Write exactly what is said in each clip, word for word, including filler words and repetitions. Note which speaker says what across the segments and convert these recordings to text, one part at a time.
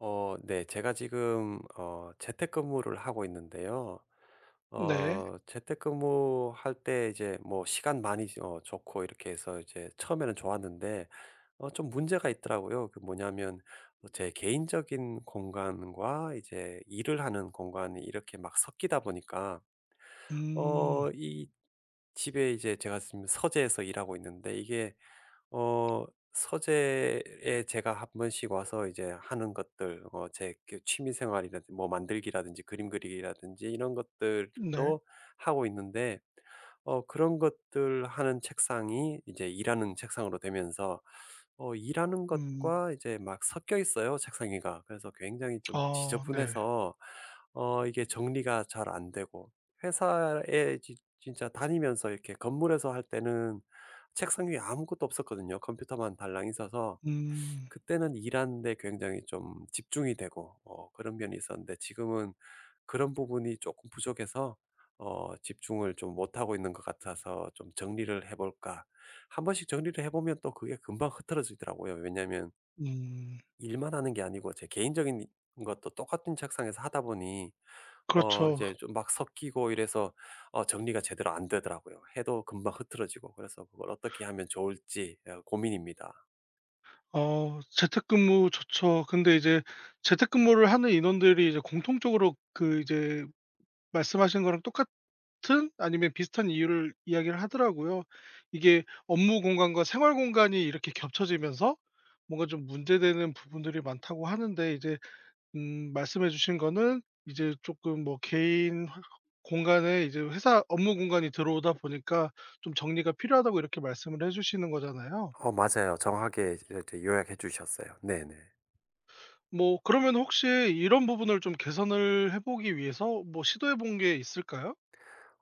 Speaker 1: 어 네. 제가 지금 어 재택근무를 하고 있는데요.
Speaker 2: 네.
Speaker 1: 어 재택근무할 때 이제 뭐 시간 많이 어 좋고 이렇게 해서 이제 처음에는 좋았는데, 어 좀 문제가 있더라고요. 그 뭐냐면 어 제 개인적인 공간과 이제 일을 하는 공간이 이렇게 막 섞이다 보니까,
Speaker 2: 음.
Speaker 1: 어 이 집에 이제 제가 지금 서재에서 일하고 있는데, 이게 어 서재에 제가 한 번씩 와서 이제 하는 것들, 어 제그 취미 생활이라든 지 뭐 만들기라든지 그림 그리기라든지 이런
Speaker 2: 네.
Speaker 1: 것들도 하고 있는데, 어 그런 것들 하는 책상이 이제 일하는 책상으로 되면서 어 일하는
Speaker 2: 음.
Speaker 1: 것과 이제 막 섞여 있어요, 책상 위가. 그래서 굉장히 좀
Speaker 2: 아 네.
Speaker 1: 지저분해서 어 이게 정리가 잘 안 되고, 회사에 지 진짜 다니면서 이렇게 건물에서 할 때는 책상 위에 아무것도 없었거든요. 컴퓨터만 달랑 있어서
Speaker 2: 음.
Speaker 1: 그때는 일하는데 굉장히 좀 집중이 되고 어 그런 면이 있었는데, 지금은 그런 부분이 조금 부족해서 어 집중을 좀 못하고 있는 것 같아서, 좀 '정리를 해 볼까.' 한 번씩 정리를 해 보면 또 그게 금방 흐트러지더라고요. 왜냐하면
Speaker 2: 음.
Speaker 1: 일만 하는 게 아니고 제 개인적인 것도 똑같은 책상에서 하다 보니 어
Speaker 2: 그렇죠.
Speaker 1: 이제 좀 막 섞이고, 이래서 어 정리가 제대로 안 되더라고요. 해도 금방 흐트러지고. 그래서 그걸 어떻게 하면 좋을지 어 고민입니다.
Speaker 2: 어 재택근무 좋죠. 근데 이제 재택근무를 하는 인원들이 이제 공통적으로 그 이제 말씀하신 거랑 똑같은 아니면 비슷한 이유를 이야기를 하더라고요. 이게 업무 공간과 생활 공간이 이렇게 겹쳐지면서 뭔가 좀 문제되는 부분들이 많다고 하는데 이제 음 말씀해 주신 거는 이제 조금 뭐 개인 화 공간에 이제 회사 업무 공간이 들어오다 보니까 좀 정리가 필요하다고 이렇게 말씀을 해 주시는 거잖아요.
Speaker 1: 어 맞아요. 정확하게 이제 요약해 주셨어요. 네네.
Speaker 2: 뭐 그러면 혹시 이런 부분을 좀 개선을 해 보기 위해서 뭐 시도해 본 게 있을까요?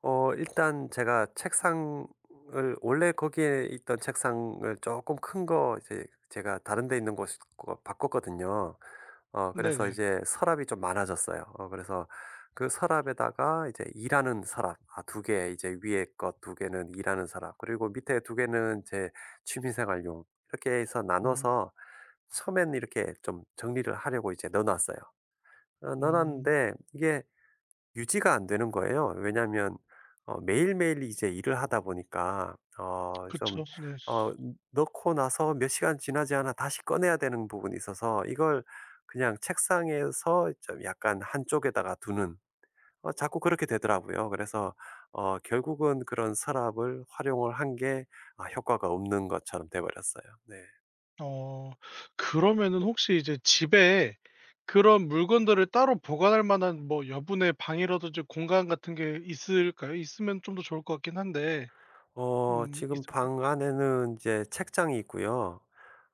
Speaker 1: 어 일단 제가 책상을, 원래 거기에 있던 책상을 조금 큰 거, 이제 제가 다른 데 있는 곳 거 바꿨거든요. 어 그래서
Speaker 2: 네네.
Speaker 1: 이제 서랍이 좀 많아졌어요. 어 그래서 그 서랍에다가 이제 일하는 서랍, 아 두 개, 이제 위에 것 두 개는 일하는 서랍 그리고 밑에 두 개는 제 취미 생활용, 이렇게 해서
Speaker 2: 음.
Speaker 1: 나눠서 처음엔 이렇게 좀 정리를 하려고 이제 넣어 놨어요. 어 넣어
Speaker 2: 음.
Speaker 1: 놨는데 이게 유지가 안 되는 거예요. 왜냐하면 어 매일매일 이제 일을 하다 보니까, 어 좀
Speaker 2: 그쵸. 네.
Speaker 1: 어 넣고 나서 몇 시간 지나지 않아 다시 꺼내야 되는 부분이 있어서, 이걸 그냥 책상에서 좀 약간 한쪽에다가 두는, 어 자꾸 그렇게 되더라고요. 그래서 어 결국은 그런 서랍을 활용을 한 게, 아 효과가 없는 것처럼 돼 버렸어요. 네.
Speaker 2: 어. 그러면은 혹시 이제 집에 그런 물건들을 따로 보관할 만한 뭐 여분의 방이라든지 공간 같은 게 있을까요? 있으면 좀 더 좋을 것 같긴 한데
Speaker 1: 어
Speaker 2: 음
Speaker 1: 지금
Speaker 2: 있을까요?
Speaker 1: 방 안에는 이제 책장이 있고요.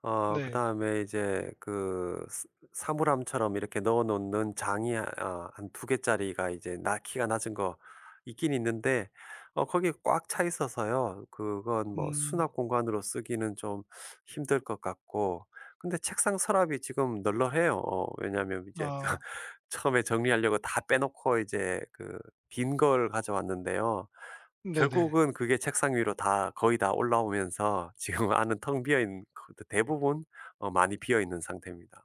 Speaker 1: 어
Speaker 2: 네.
Speaker 1: 그다음에 이제 그 스 사물함처럼 이렇게 넣어 놓는 장이, 아 아 한두 개짜리가, 이제 나 키가 낮은 거 있긴 있는데, 어 거기 꽉 차 있어서요. 그건 뭐
Speaker 2: 음.
Speaker 1: 수납 공간으로 쓰기는 좀 힘들 것 같고, 근데 책상 서랍이 지금 널널해요. 어 왜냐하면 이제
Speaker 2: 아
Speaker 1: 처음에 정리하려고 다 빼 놓고 이제 그 빈 걸 가져왔는데요.
Speaker 2: 네네.
Speaker 1: 결국은 그게 책상 위로 다, 거의 다 올라오면서 지금 안은 텅 비어 있는, 그 대부분 어 많이 비어 있는 상태입니다.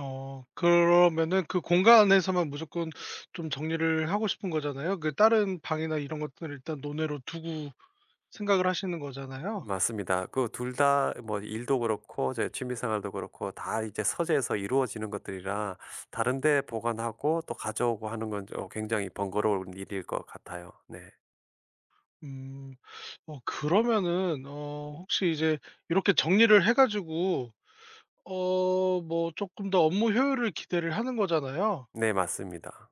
Speaker 2: 어 그러면은 그 공간에서만 무조건 좀 정리를 하고 싶은 거잖아요. 그 다른 방이나 이런 것들을 일단 논외로 두고 생각을 하시는 거잖아요.
Speaker 1: 맞습니다. 그 둘 다 뭐 일도 그렇고 제 취미 생활도 그렇고 다 이제 서재에서 이루어지는 것들이라 다른 데 보관하고 또 가져오고 하는 건 어 굉장히 번거로운 일일 것 같아요. 네.
Speaker 2: 음. 어 그러면은 어 혹시 이제 이렇게 정리를 해 가지고 어 뭐 조금 더 업무 효율을 기대를 하는 거잖아요.
Speaker 1: 네 맞습니다.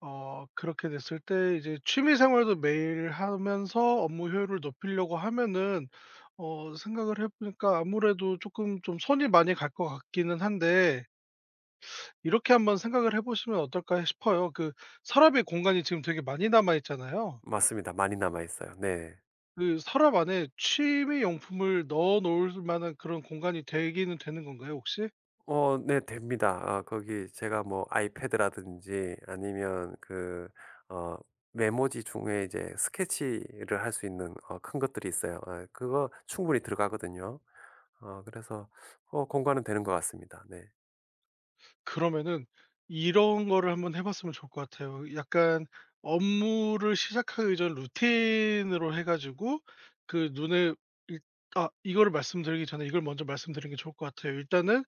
Speaker 2: 어 그렇게 됐을 때 이제 취미 생활도 매일 하면서 업무 효율을 높이려고 하면은 어 생각을 해 보니까 아무래도 조금 좀 손이 많이 갈 것 같기는 한데 이렇게 한번 생각을 해 보시면 어떨까 싶어요. 그 서랍에 공간이 지금 되게 많이 남아 있잖아요.
Speaker 1: 맞습니다. 많이 남아 있어요. 네.
Speaker 2: 그 서랍 안에 취미 용품을 넣어 놓을 만한 그런 공간이 되기는 되는 건가요 혹시?
Speaker 1: 어 네, 됩니다. 아 거기 제가 뭐 아이패드라든지 아니면 그 어 메모지 중에 이제 스케치를 할 수 있는 어 큰 것들이 있어요. 아 그거 충분히 들어가거든요. 어 그래서 어 공간은 되는 것 같습니다. 네.
Speaker 2: 그러면은 이런 거를 한번 해 봤으면 좋을 것 같아요. 약간 업무를 시작하기 전 루틴으로 해 가지고 그 눈에 일 아 이거를 말씀드리기 전에 이걸 먼저 말씀드리는 게 좋을 것 같아요. 일단은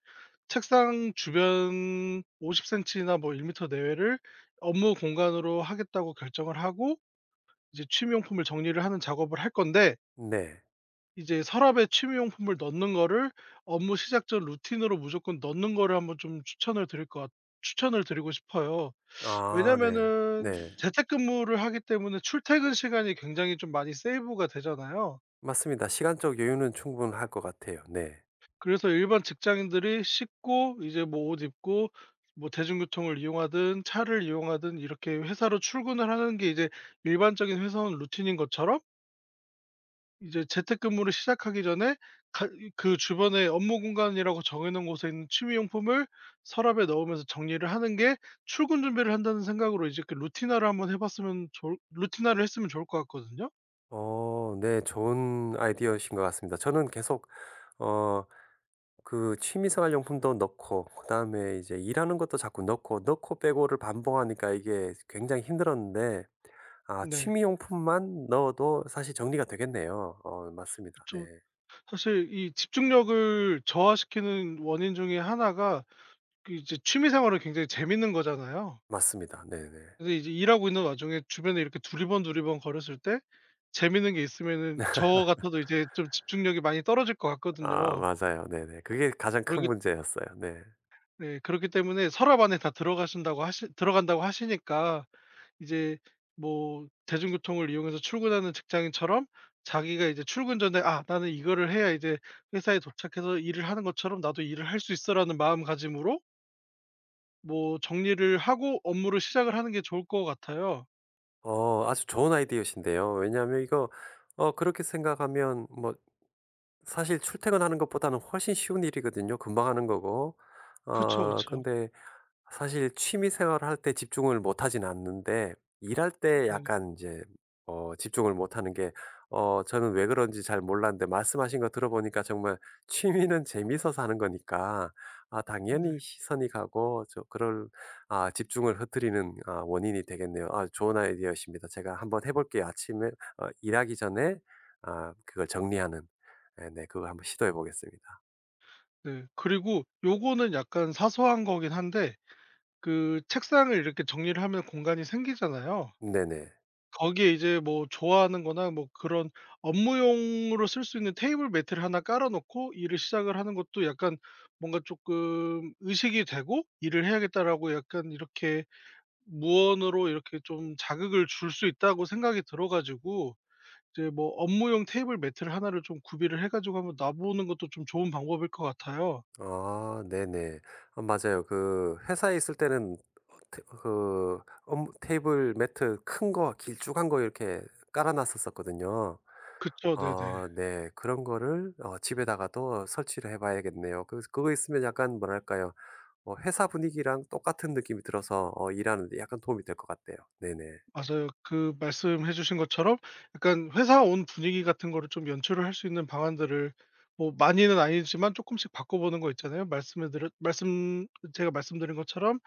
Speaker 2: 책상 주변 오십 센티 센티나 뭐 1 미터 내외를 업무 공간으로 하겠다고 결정을 하고 이제 취미용품을 정리를 하는 작업을 할 건데
Speaker 1: 네.
Speaker 2: 이제 서랍에 취미용품을 넣는 거를 업무 시작 전 루틴으로 무조건 넣는 거를 한번 좀 추천을 드릴 것 같 추천을 드리고 싶어요.
Speaker 1: 아 네.
Speaker 2: 왜냐면은
Speaker 1: 네.
Speaker 2: 재택근무를 하기 때문에 출퇴근 시간이 굉장히 좀 많이 세이브가 되잖아요.
Speaker 1: 맞습니다. 시간적 여유는 충분할 것 같아요. 네.
Speaker 2: 그래서 일반 직장인들이 씻고 이제 뭐 옷 입고 뭐 대중교통을 이용하든 차를 이용하든 이렇게 회사로 출근을 하는 게 이제 일반적인 회사원 루틴인 것처럼 이제 재택근무를 시작하기 전에 가 그 주변에 업무 공간이라고 정해 놓은 곳에 있는 취미용품을 서랍에 넣으면서 정리를 하는 게 출근 준비를 한다는 생각으로 이제 그 루틴화를 한번 해 봤으면 좋을 루틴화를 했으면 좋을 것 같거든요.
Speaker 1: 어 네. 좋은 아이디어신 것 같습니다. 저는 계속 어 그 취미생활 용품도 넣고 그다음에 이제 일하는 것도 자꾸 넣고 넣고 빼고를 반복하니까 이게 굉장히 힘들었는데, 아
Speaker 2: 네.
Speaker 1: 취미 용품만 넣어도 사실 정리가 되겠네요. 어 맞습니다. 네.
Speaker 2: 그쵸. 사실 이 집중력을 저하시키는 원인 중에 하나가 그 이제 취미 생활은 굉장히 재밌는 거잖아요.
Speaker 1: 맞습니다. 네네.
Speaker 2: 근데 이제 일하고 있는 와중에 주변에 이렇게 두리번두리번 거렸을 때 재밌는 게 있으면은 저 같아도 이제 좀 집중력이 많이 떨어질 것
Speaker 1: 아
Speaker 2: 같거든요.
Speaker 1: 맞아요. 네네. 그게 가장
Speaker 2: 그렇
Speaker 1: 큰
Speaker 2: 기
Speaker 1: 문제였어요. 네.
Speaker 2: 네, 그렇기 때문에 서랍 안에 다 들어가신다고 하시 들어간다고 하시니까 이제 뭐 대중교통을 이용해서 출근하는 직장인처럼 자기가 이제 출근 전에 '아 나는 이거를 해야 이제 회사에 도착해서 일을 하는 것처럼 나도 일을 할 수 있어.'라는 마음가짐으로 뭐 정리를 하고 업무를 시작을 하는 게 좋을 것 같아요.
Speaker 1: 어 아주 좋은 아이디어신데요. 왜냐하면 이거 어 그렇게 생각하면 뭐, 사실 출퇴근하는 것보다는 훨씬 쉬운 일이거든요. 금방 하는 거고.
Speaker 2: 그쵸,
Speaker 1: 어
Speaker 2: 그쵸.
Speaker 1: 근데 사실 취미 생활을 할 때 집중을 못 하진 않는데 일할 때
Speaker 2: 네.
Speaker 1: 약간 이제 어 집중을 못 하는 게, 어 저는 왜 그런지 잘 몰랐는데, 말씀하신 거 들어보니까 정말, 취미는 재미있어서 하는 거니까 아
Speaker 2: 네.
Speaker 1: 당연히 시선이 가고, 저 그럴 아 집중을 흐트리는, 아 원인이 되겠네요. 아 좋은 아이디어십니다. 제가 한번 해 볼게요. 아침에 어 일하기 전에 아 그걸 정리하는. 예 네. 네, 그거 한번 시도해 보겠습니다.
Speaker 2: 네. 그리고 요거는 약간 사소한 거긴 한데 그 책상을 이렇게 정리를 하면 공간이 생기잖아요.
Speaker 1: 네네.
Speaker 2: 거기에 이제 뭐 좋아하는 거나 뭐 그런 업무용으로 쓸 수 있는 테이블 매트를 하나 깔아 놓고 일을 시작을 하는 것도 약간 뭔가 쪼끔 의식이 되고 '일을 해야겠다.'라고 약간 이렇게 무언으로 이렇게 좀 자극을 줄 수 있다고 생각이 들어 가지고 이제 뭐 업무용 테이블 매트를 하나를 좀 구비를 해 가지고 한번 놔 보는 것도 좀 좋은 방법일 것 같아요.
Speaker 1: 아 네네. 아 맞아요. 그 회사에 있을 때는 어 테 그 업무 테이블 매트 큰 거 길쭉한 거 이렇게 깔아 놨었었거든요.
Speaker 2: 그쵸. 네네.
Speaker 1: 아 네. 그런 거를 어 집에다가도 설치를 해 봐야겠네요. 그 그거 있으면 약간 뭐랄까요? 어 회사 분위기랑 똑같은 느낌이 들어서 어 일하는 데 약간 도움이 될 것 같아요. 네네.
Speaker 2: 맞아요. 그 말씀해 주신 것처럼 약간 회사 온 분위기 같은 거를 좀 연출을 할 수 있는 방안들을 뭐 많이는 아니지만 조금씩 바꿔 보는 거 있잖아요. 말씀해 드렸 말씀 제가 말씀드린 것처럼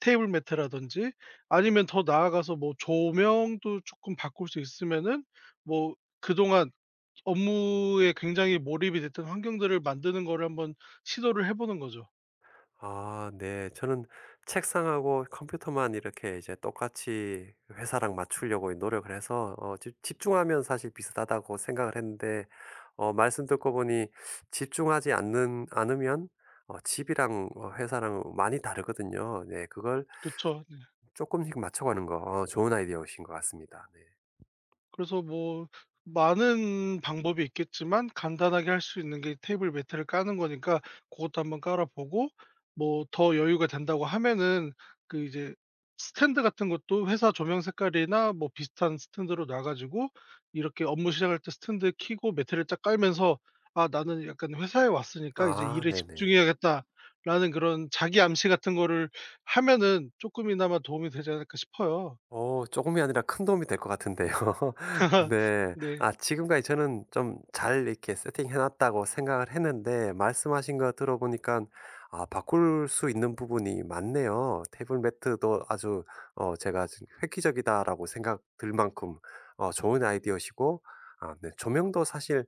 Speaker 2: 테이블 매트라든지 아니면 더 나아가서 뭐 조명도 조금 바꿀 수 있으면은 뭐 그동안 업무에 굉장히 몰입이 됐던 환경들을 만드는 거를 한번 시도를 해 보는 거죠.
Speaker 1: 아 네. 저는 책상하고 컴퓨터만 이렇게 이제 똑같이 회사랑 맞추려고 노력을 해서, 어 집 집중하면 사실 비슷하다고 생각을 했는데, 어 말씀 듣고 보니 집중하지 않는 않으면 어 집이랑 어 회사랑 많이 다르거든요. 네. 그걸
Speaker 2: 그쵸. 네.
Speaker 1: 조금씩 맞춰가는 거, 어 좋은 아이디어이신 것 같습니다. 네.
Speaker 2: 그래서 뭐 많은 방법이 있겠지만 간단하게 할 수 있는 게 테이블 매트를 까는 거니까 그것도 한번 깔아 보고 뭐 더 여유가 된다고 하면은 그 이제 스탠드 같은 것도 회사 조명 색깔이나 뭐 비슷한 스탠드로 놔 가지고 이렇게 업무 시작할 때 스탠드 켜고 매트를 딱 깔면서 '아 나는 약간 회사에 왔으니까 이제
Speaker 1: 아
Speaker 2: 일에
Speaker 1: 네네.
Speaker 2: 집중해야겠다.'라는 그런 자기 암시 같은 거를 하면은 조금이나마 도움이 되지 않을까 싶어요.
Speaker 1: 어 조금이 아니라 큰 도움이 될 것 같은데요. 네.
Speaker 2: 네.
Speaker 1: 아 지금까지 저는 좀 잘 이렇게 세팅해 놨다고 생각을 했는데, 말씀하신 거 들어보니까 아 바꿀 수 있는 부분이 많네요. 테이블 매트도 아주, 어 제가 지금 '획기적이다.'라고 생각 들 만큼 어 좋은 아이디어시고, 아 네, 조명도 사실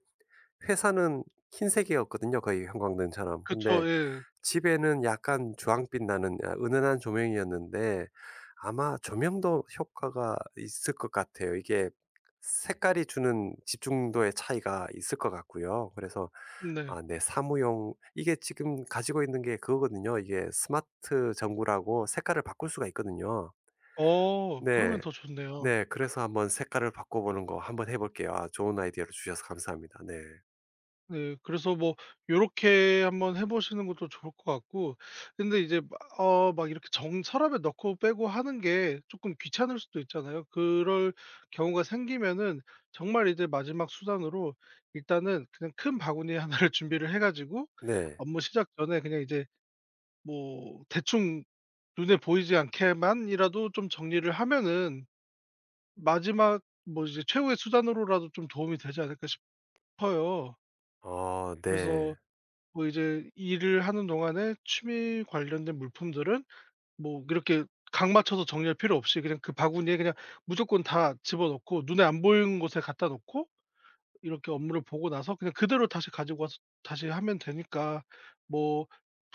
Speaker 1: 회사는 흰색이었거든요, 거의 형광등처럼.
Speaker 2: 그쵸.
Speaker 1: 근데
Speaker 2: 예.
Speaker 1: 집에는 약간 주황빛 나는, 아 은은한 조명이었는데 아마 조명도 효과가 있을 것 같아요. 이게 색깔이 주는 집중도의 차이가 있을 것 같고요. 그래서
Speaker 2: 네.
Speaker 1: 아 네, 사무용 이게 지금 가지고 있는 게 그거거든요. 이게 스마트 전구라고 색깔을 바꿀 수가 있거든요.
Speaker 2: 어 그러면
Speaker 1: 네.
Speaker 2: 더 좋네요.
Speaker 1: 네. 그래서 한번 색깔을 바꿔보는 거 한번 해 볼게요. 아 좋은 아이디어를 주셔서 감사합니다. 네.
Speaker 2: 네. 그래서 뭐 요렇게 한번 해 보시는 것도 좋을 것 같고 근데 이제 막 어 막 이렇게 정 서랍에 넣고 빼고 하는 게 쪼끔 귀찮을 수도 있잖아요. 그럴 경우가 생기면은 정말 이제 마지막 수단으로 일단은 그냥 큰 바구니 하나를 준비를 해 가지고
Speaker 1: 네.
Speaker 2: 업무 시작 전에 그냥 이제 뭐 대충 눈에 보이지 않게만이라도 좀 정리를 하면은 마지막 뭐 이제 최후의 수단으로라도 좀 도움이 되지 않을까 싶 커요.
Speaker 1: 어 네.
Speaker 2: 그래서 뭐 이제 일을 하는 동안에 취미 관련된 물품들은 뭐 이렇게 각 맞춰서 정리할 필요 없이 그냥 그 바구니에 그냥 무조건 다 집어넣고 눈에 안 보이는 곳에 갖다 놓고 이렇게 업무를 보고 나서 그냥 그대로 다시 가지고 와서 다시 하면 되니까 뭐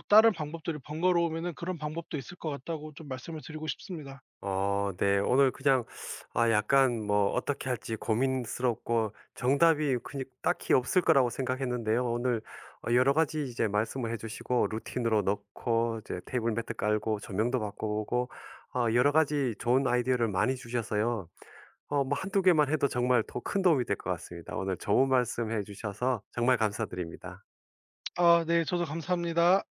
Speaker 2: 다른 방법들이 번거로우면은 그런 방법도 있을 것 같다고 좀 말씀을 드리고 싶습니다.
Speaker 1: 어 네. 오늘 그냥 아 약간 뭐 어떻게 할지 고민스럽고 정답이 그냥 딱히 없을 거라고 생각했는데요. 오늘 어 여러 가지 이제 말씀을 해 주시고 루틴으로 넣고 이제 테이블 매트 깔고 조명도 바꿔보고, 아 여러 가지 좋은 아이디어를 많이 주셔서요. 어 뭐 한두 개만 해도 정말 더 큰 도움이 될 것 같습니다. 오늘 좋은 말씀해 주셔서 정말 감사드립니다.
Speaker 2: 아 네. 저도 감사합니다.